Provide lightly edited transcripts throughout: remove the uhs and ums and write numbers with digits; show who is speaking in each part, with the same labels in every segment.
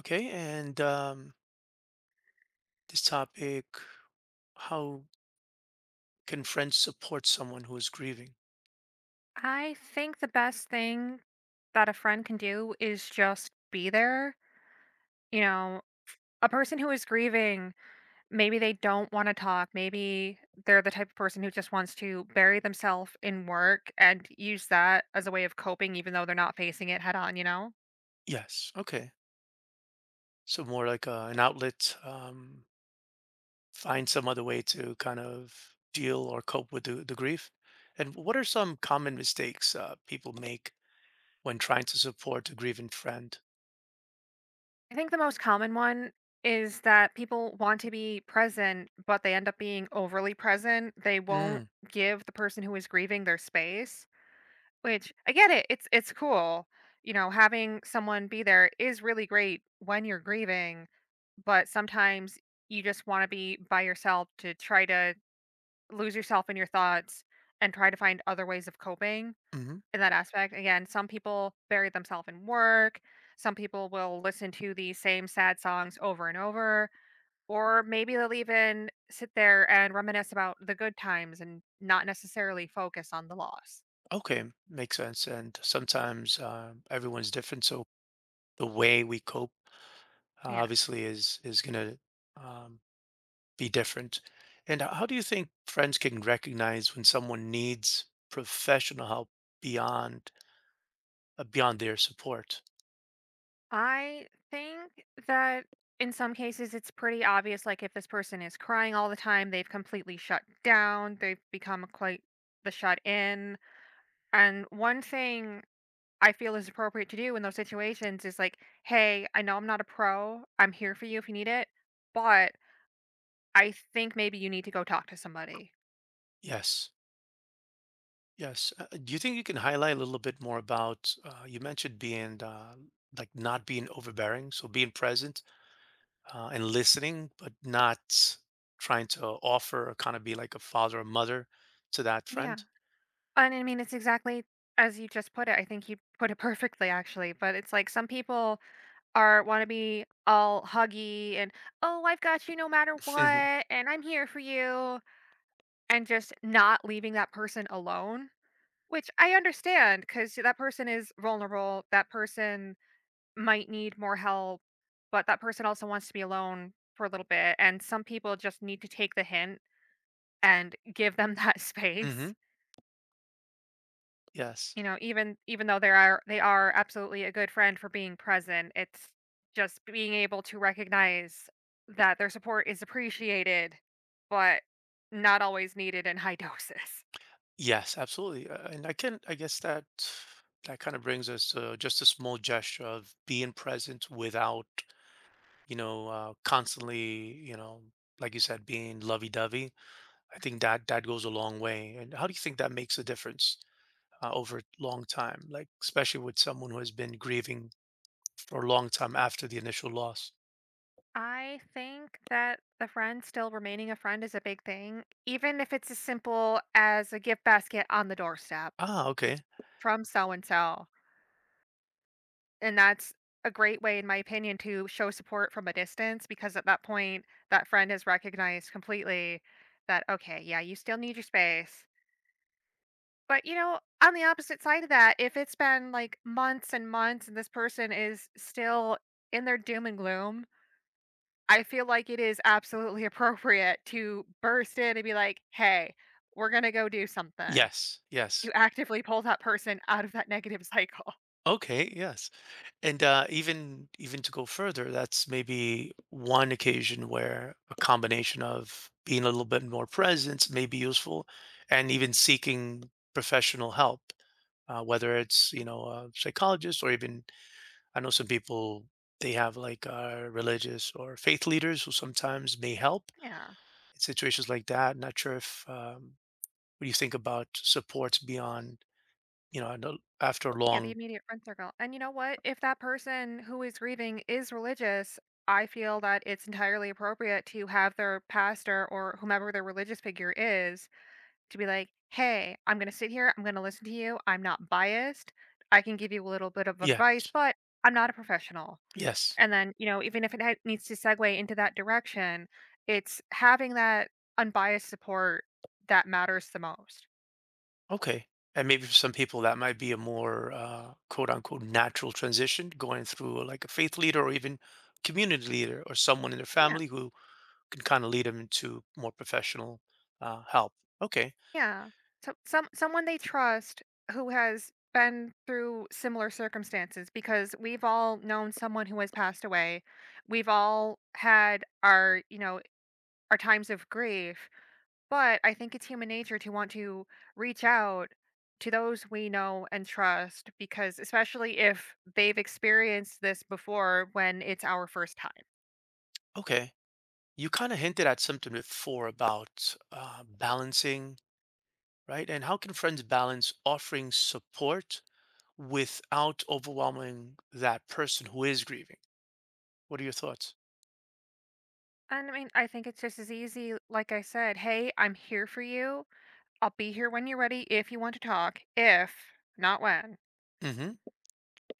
Speaker 1: Okay, and this topic, how can friends support someone who is grieving?
Speaker 2: I think the best thing that a friend can do is just be there. You know, a person who is grieving, maybe they don't want to talk. Maybe they're the type of person who just wants to bury themselves in work and use that as a way of coping, even though they're not facing it head on, you know?
Speaker 1: Yes. Okay. So more like an outlet, find some other way to kind of deal or cope with the grief. And what are some common mistakes people make when trying to support a grieving friend?
Speaker 2: I think the most common one is that people want to be present, but they end up being overly present. They won't
Speaker 1: Mm,
Speaker 2: give the person who is grieving their space. Which I get it. It's cool. You know, having someone be there is really great when you're grieving, but sometimes you just want to be by yourself to try to lose yourself in your thoughts and try to find other ways of coping
Speaker 1: hmm.
Speaker 2: in that aspect. Again, some people bury themselves in work, some people will listen to the same sad songs over and over, or maybe they'll even sit there and reminisce about the good times and not necessarily focus on the loss.
Speaker 1: Okay, makes sense. And sometimes everyone's different, so the way we cope
Speaker 2: Yes.
Speaker 1: obviously is gonna um, be different. And how do you think friends can recognize when someone needs professional help beyond beyond their support?
Speaker 2: I think that in some cases it's pretty obvious. Like if this person is crying all the time, they've completely shut down. They've become quite the shut in. And one thing I feel is appropriate to do in those situations is like, hey, I know I'm not a pro. I'm here for you if you need it, but I think maybe you need to go talk to somebody.
Speaker 1: Yes, yes. Do you think you can highlight a little bit more about you mentioned being like not being overbearing, so being present and listening, but not trying to offer or kind of be like a father or mother to that
Speaker 2: Yeah.
Speaker 1: friend?
Speaker 2: And I mean, it's exactly as you just put it. I think you put it perfectly, actually. But it's like some people are want to be all huggy and oh, I've got you no matter
Speaker 1: hmm
Speaker 2: what, and I'm here for you, and just not leaving that person alone, which I understand, because that person is vulnerable, that person might need more help, but that person also wants to be alone for a little bit, and some people just need to take the hint and give them that
Speaker 1: hmm.
Speaker 2: space.
Speaker 1: Yes.
Speaker 2: You know, even though they are absolutely a good friend for being present, it's just being able to recognize that their support is appreciated, but not always needed in high doses.
Speaker 1: Yes, absolutely. And I can, I guess that that kind of brings us to just a small gesture of being present without, constantly, you know, like you said, being lovey-dovey. I think that that goes a long way. And how do you think that makes a difference over long time? Like especially with someone who has been grieving for a long time after the initial loss.
Speaker 2: I think that the friend still remaining a friend is a big thing, even if it's as simple as a gift basket on the doorstep
Speaker 1: Ah, okay.
Speaker 2: from so and so. And that's a great way, in my opinion, to show support from a distance because at that point, that friend has recognized completely that, okay, yeah, you still need your space. But, you know, on the opposite side of that, if it's been like months and months and this person is still in their doom and gloom, I feel like it is absolutely appropriate to burst in and be like, hey, we're going to go do something
Speaker 1: Yes, yes.
Speaker 2: to actively pull that person out of that negative cycle.
Speaker 1: Okay, yes. And even even to go further, that's maybe one occasion where a combination of being a little bit more present may be useful, and even seeking professional help, whether it's you know a psychologist or even I know some people they have like religious or faith leaders who sometimes may help
Speaker 2: Yeah.
Speaker 1: in situations like that. Not sure if what do you think about supports beyond you know I know after a
Speaker 2: Yeah, the
Speaker 1: long.
Speaker 2: immediate friend circle. And you know what? If that person who is grieving is religious, I feel that it's entirely appropriate to have their pastor or whomever their religious figure is to be like, hey, I'm going to sit here. I'm going to listen to you. I'm not biased. I can give you a little bit of
Speaker 1: Yeah.
Speaker 2: advice, but I'm not a professional.
Speaker 1: Yes.
Speaker 2: And then, you know, even if it needs to segue into that direction, it's having that unbiased support that matters the most.
Speaker 1: Okay. And maybe for some people that might be a more quote unquote natural transition going through like a faith leader or even community leader or someone in their
Speaker 2: Yeah.
Speaker 1: family who can kind of lead them into more professional help. Okay.
Speaker 2: Yeah. So someone they trust who has been through similar circumstances, because we've all known someone who has passed away. We've all had our, you know, our times of grief, but I think it's human nature to want to reach out to those we know and trust, because especially if they've experienced this before when it's our first time.
Speaker 1: Okay. You kind of hinted at something before about balancing, right? And how can friends balance offering support without overwhelming that person who is grieving? What are your thoughts?
Speaker 2: And I mean, I think it's just as easy like I said, "Hey, I'm here for you. I'll be here when you're ready if you want to talk, if not when."
Speaker 1: Mm-hmm.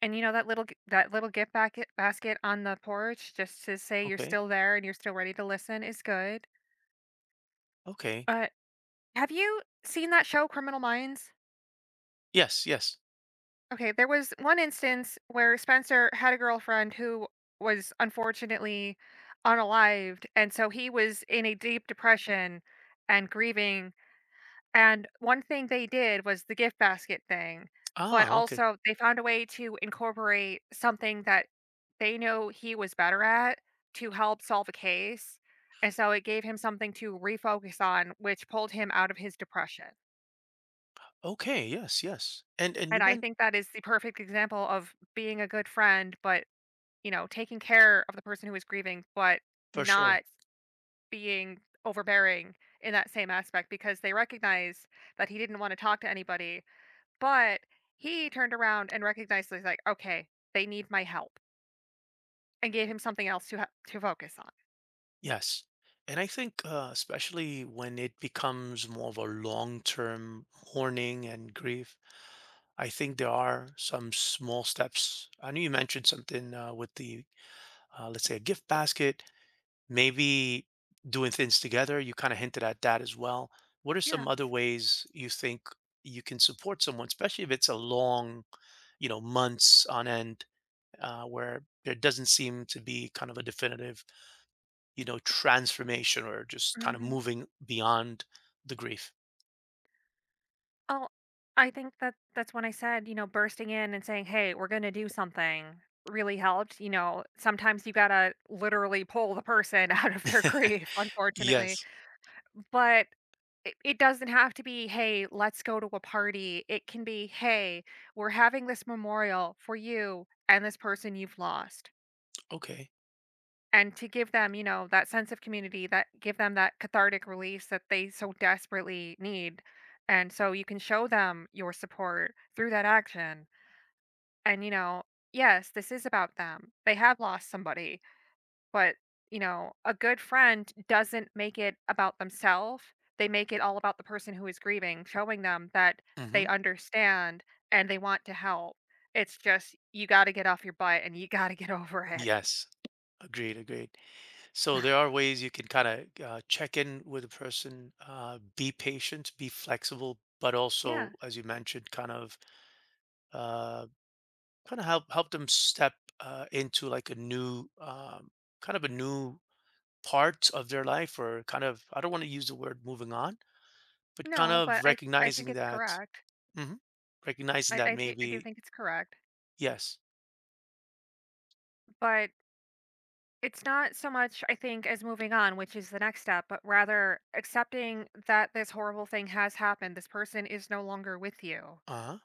Speaker 2: And you know that little gift basket on the porch just to say you're
Speaker 1: Okay.
Speaker 2: still there and you're still ready to listen is good.
Speaker 1: Okay.
Speaker 2: Uh, have you seen that show Criminal Minds?
Speaker 1: Yes. Yes.
Speaker 2: Okay, there was one instance where Spencer had a girlfriend who was unfortunately unalived, and so he was in a deep depression and grieving. And one thing they did was the gift basket thing, but
Speaker 1: Ah, okay.
Speaker 2: also they found a way to incorporate something that they know he was better at to help solve a case. And so it gave him something to refocus on, which pulled him out of his depression.
Speaker 1: Okay, yes, yes. And
Speaker 2: And
Speaker 1: you
Speaker 2: I
Speaker 1: meant
Speaker 2: think that is the perfect example of being a good friend, but, you know, taking care of the person who is grieving, but
Speaker 1: for sure.
Speaker 2: not being overbearing in that same aspect, because they recognize that he didn't want to talk to anybody. But he turned around and recognized that he's like, "Okay, they need my help," and gave him something else to focus on.
Speaker 1: Yes. And I think especially when it becomes more of a long-term mourning and grief, I think there are some small steps. I know you mentioned something with the let's say a gift basket, maybe doing things together. You kind of hinted at that as well. What are some other
Speaker 2: Yes.
Speaker 1: ways you think you can support someone, especially if it's a long, you know, months on end where there doesn't seem to be kind of a definitive, you know, transformation or just kind of
Speaker 2: Hmm.
Speaker 1: moving beyond the grief.
Speaker 2: Oh, I think that that's when I said, you know, bursting in and saying, "Hey, we're going to do something." Really helped. You know, sometimes you got to literally pull the person out of their grief, unfortunately.
Speaker 1: Yes.
Speaker 2: But it doesn't have to be, "Hey, let's go to a party." It can be, "Hey, we're having this memorial for you and this person you've lost."
Speaker 1: Okay.
Speaker 2: And to give them, you know, that sense of community, that give them that cathartic release that they so desperately need. And so you can show them your support through that action. And you know, yes, this is about them, they have lost somebody, but, you know, a good friend doesn't make it about themselves. They make it all about the person who is grieving, showing them that they
Speaker 1: Hmm.
Speaker 2: understand and they want to help. It's just you got to get off your butt and you got to get over it.
Speaker 1: Yes. Agreed. Agreed. So there are ways you can kind of check in with a person, be patient, be flexible, but
Speaker 2: Yeah.
Speaker 1: also, as you mentioned, uh, kind of help them step into like a new kind of a new part of their life, or kind of I don't want to use the word moving on. But kind
Speaker 2: No,
Speaker 1: of
Speaker 2: but I think
Speaker 1: recognizing
Speaker 2: it's
Speaker 1: that.
Speaker 2: correct.
Speaker 1: Mhm. Recognizing
Speaker 2: I
Speaker 1: that
Speaker 2: I do I do
Speaker 1: maybe
Speaker 2: think it's correct,
Speaker 1: yes.
Speaker 2: but it's not so much I think as moving on, which is the next step, but rather accepting that this horrible thing has happened. This person is no longer with you.
Speaker 1: Uh-huh.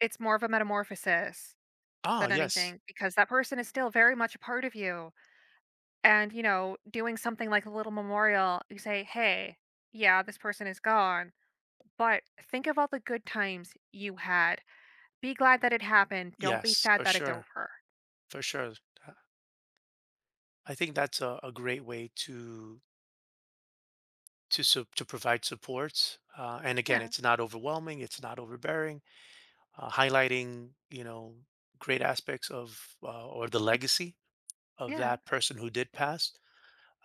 Speaker 2: It's more of a metamorphosis
Speaker 1: Ah,
Speaker 2: than
Speaker 1: yes.
Speaker 2: anything, because that person is still very much a part of you. And you know, doing something like a little memorial, you say, "Hey, yeah, this person is gone." But think of all the good times you had. Be glad that it happened. Don't be
Speaker 1: Yes,
Speaker 2: sad
Speaker 1: for
Speaker 2: that it's
Speaker 1: sure,
Speaker 2: over.
Speaker 1: for sure. Uh, I think that's a great way to sup to provide support, and again,
Speaker 2: Yeah.
Speaker 1: it's not overwhelming, it's not overbearing, highlighting, you know, great aspects of, or the legacy of
Speaker 2: Yeah,
Speaker 1: that person who did pass,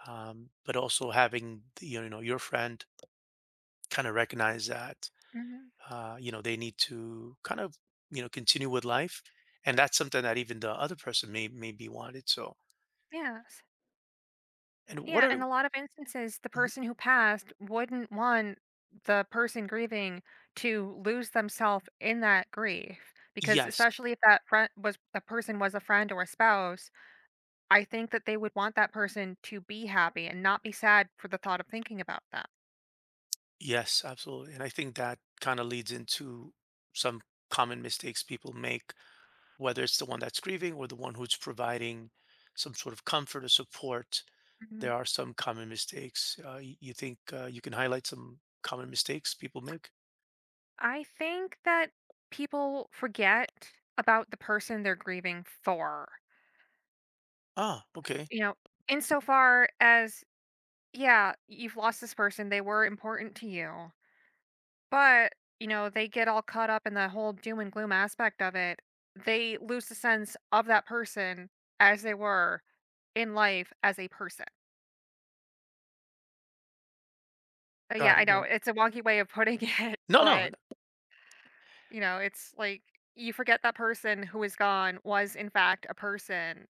Speaker 1: but also having, the, you know, your friend kinda recognize that
Speaker 2: mhm,
Speaker 1: you know they need to kind of you know continue with life and that's something that even the other person may be wanted so
Speaker 2: yes.
Speaker 1: and what
Speaker 2: Yeah,
Speaker 1: are.
Speaker 2: in a lot of instances, the
Speaker 1: Mhm.
Speaker 2: person who passed wouldn't want the person grieving to lose themselves in that grief, because
Speaker 1: Yes,
Speaker 2: especially if that friend was a person, was a friend or a spouse, I think that they would want that person to be happy and not be sad for the thought of thinking about that.
Speaker 1: yes, absolutely, and I think that kind of leads into some common mistakes people make, whether it's the one that's grieving or the one who's providing some sort of comfort or support.
Speaker 2: Mhm.
Speaker 1: There are some common mistakes you think you can highlight some common mistakes people make.
Speaker 2: I think that people forget about the person they're grieving for.
Speaker 1: Ah, okay,
Speaker 2: You know, insofar as, yeah, you've lost this person, they were important to you. But, you know, they get all caught up in the whole doom and gloom aspect of it. They lose the sense of that person as they were in life as a person. Yeah,
Speaker 1: got
Speaker 2: I
Speaker 1: it,
Speaker 2: know
Speaker 1: got it.
Speaker 2: it's a wonky way of putting it,
Speaker 1: No, no.
Speaker 2: but you know, it's like you forget that person who is gone was in fact a person,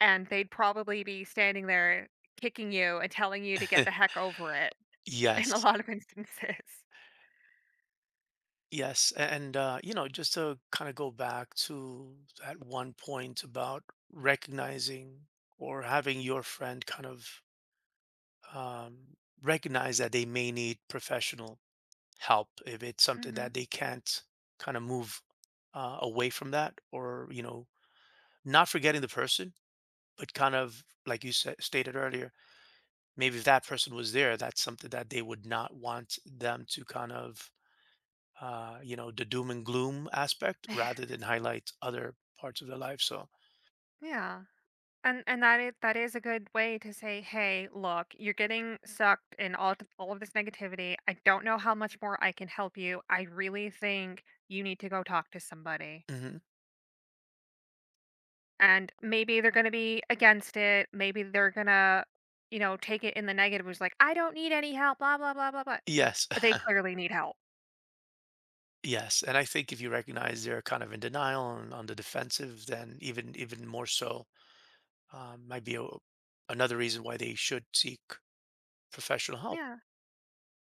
Speaker 2: and they'd probably be standing there kicking you and telling you to get the heck over it in a
Speaker 1: Yes.
Speaker 2: lot of instances.
Speaker 1: Yes, and you know, just to kind of go back to that one point about recognizing or having your friend kind of um, recognize that they may need professional help if it's something
Speaker 2: Hmm.
Speaker 1: that they can't kind of move away from that, or you know, not forgetting the person, but kind of like you said, stated earlier, maybe if that person was there, that's something that they would not want them to kind of you know, the doom and gloom aspect rather than highlight other parts of their life. So,
Speaker 2: Yeah. And that is a good way to say, "Hey, look, you're getting sucked in all of this negativity. I don't know how much more I can help you. I really think you need to go talk to somebody."
Speaker 1: mhm.
Speaker 2: And maybe they're going to be against it. Maybe they're going to, you know, take it in the negative. Was like, I don't need any help, blah, blah, blah, blah, blah.
Speaker 1: Yes,
Speaker 2: But they clearly need help.
Speaker 1: yes. And I think if you recognize they're kind of in denial and on the defensive, then even even more so might be another reason why they should seek professional help.
Speaker 2: Yeah.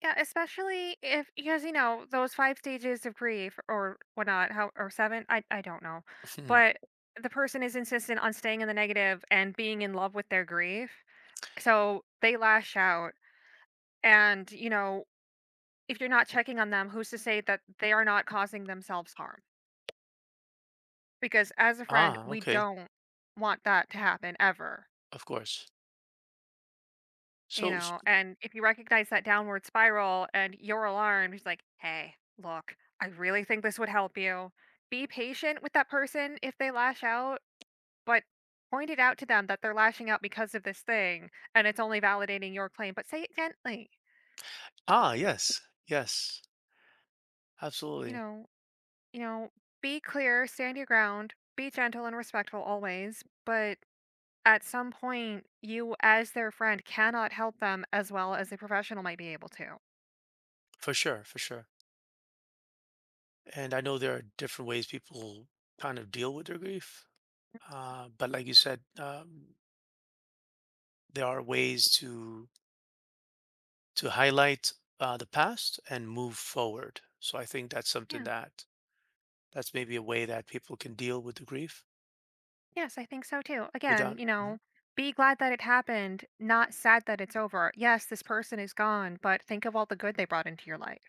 Speaker 2: Yeah. Especially if, because, you know, those five stages of grief or whatnot, how, or seven, I don't know.
Speaker 1: Hmm.
Speaker 2: But the person is insistent on staying in the negative and being in love with their grief. So they lash out. And, you know, if you're not checking on them, who's to say that they are not causing themselves harm? Because as a friend,
Speaker 1: Ah,
Speaker 2: we
Speaker 1: okay,
Speaker 2: don't want that to happen ever,
Speaker 1: of course.
Speaker 2: you
Speaker 1: So, s-
Speaker 2: know? And if you recognize that downward spiral and you're alarmed, it's like, hey, look, I really think this would help you. Be patient with that person if they lash out, but point it out to them that they're lashing out because of this thing, and it's only validating your claim. But say it gently,
Speaker 1: ah, yes, yes,
Speaker 2: you
Speaker 1: absolutely,
Speaker 2: know, you know, be clear, stand your ground, be gentle and respectful always. But at some point, you as their friend cannot help them as well as a professional might be able to.
Speaker 1: for sure, for sure. And I know there are different ways people kind of deal with their grief. But like you said, there are ways to highlight the past and move forward. So I think that's something
Speaker 2: Yeah.
Speaker 1: that that's maybe a way that people can deal with the grief
Speaker 2: Yes, I think so too. Again,
Speaker 1: without.
Speaker 2: you know,
Speaker 1: Mhm.
Speaker 2: be glad that it happened, not sad that it's over. Yes, this person is gone, but think of all the good they brought into your life.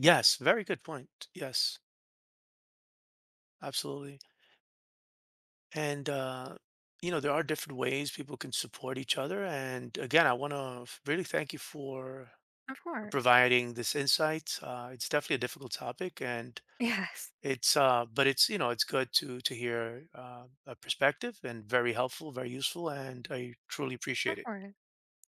Speaker 1: Yes, very good point. Yes, absolutely. And you know there are different ways people can support each other. And again, I want to really thank you
Speaker 2: Of
Speaker 1: for
Speaker 2: course.
Speaker 1: providing this insight. It's definitely a difficult topic, and
Speaker 2: Yes,
Speaker 1: it's but it's you know it's good to hear a perspective and very helpful very useful and I truly appreciate
Speaker 2: of
Speaker 1: it.
Speaker 2: course.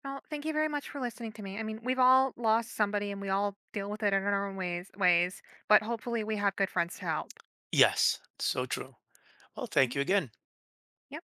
Speaker 2: Well, thank you very much for listening to me. I mean, we've all lost somebody and we all deal with it in our own ways, but hopefully we have good friends to help.
Speaker 1: Yes so true. Well, thank
Speaker 2: Right?
Speaker 1: you again.
Speaker 2: Yep.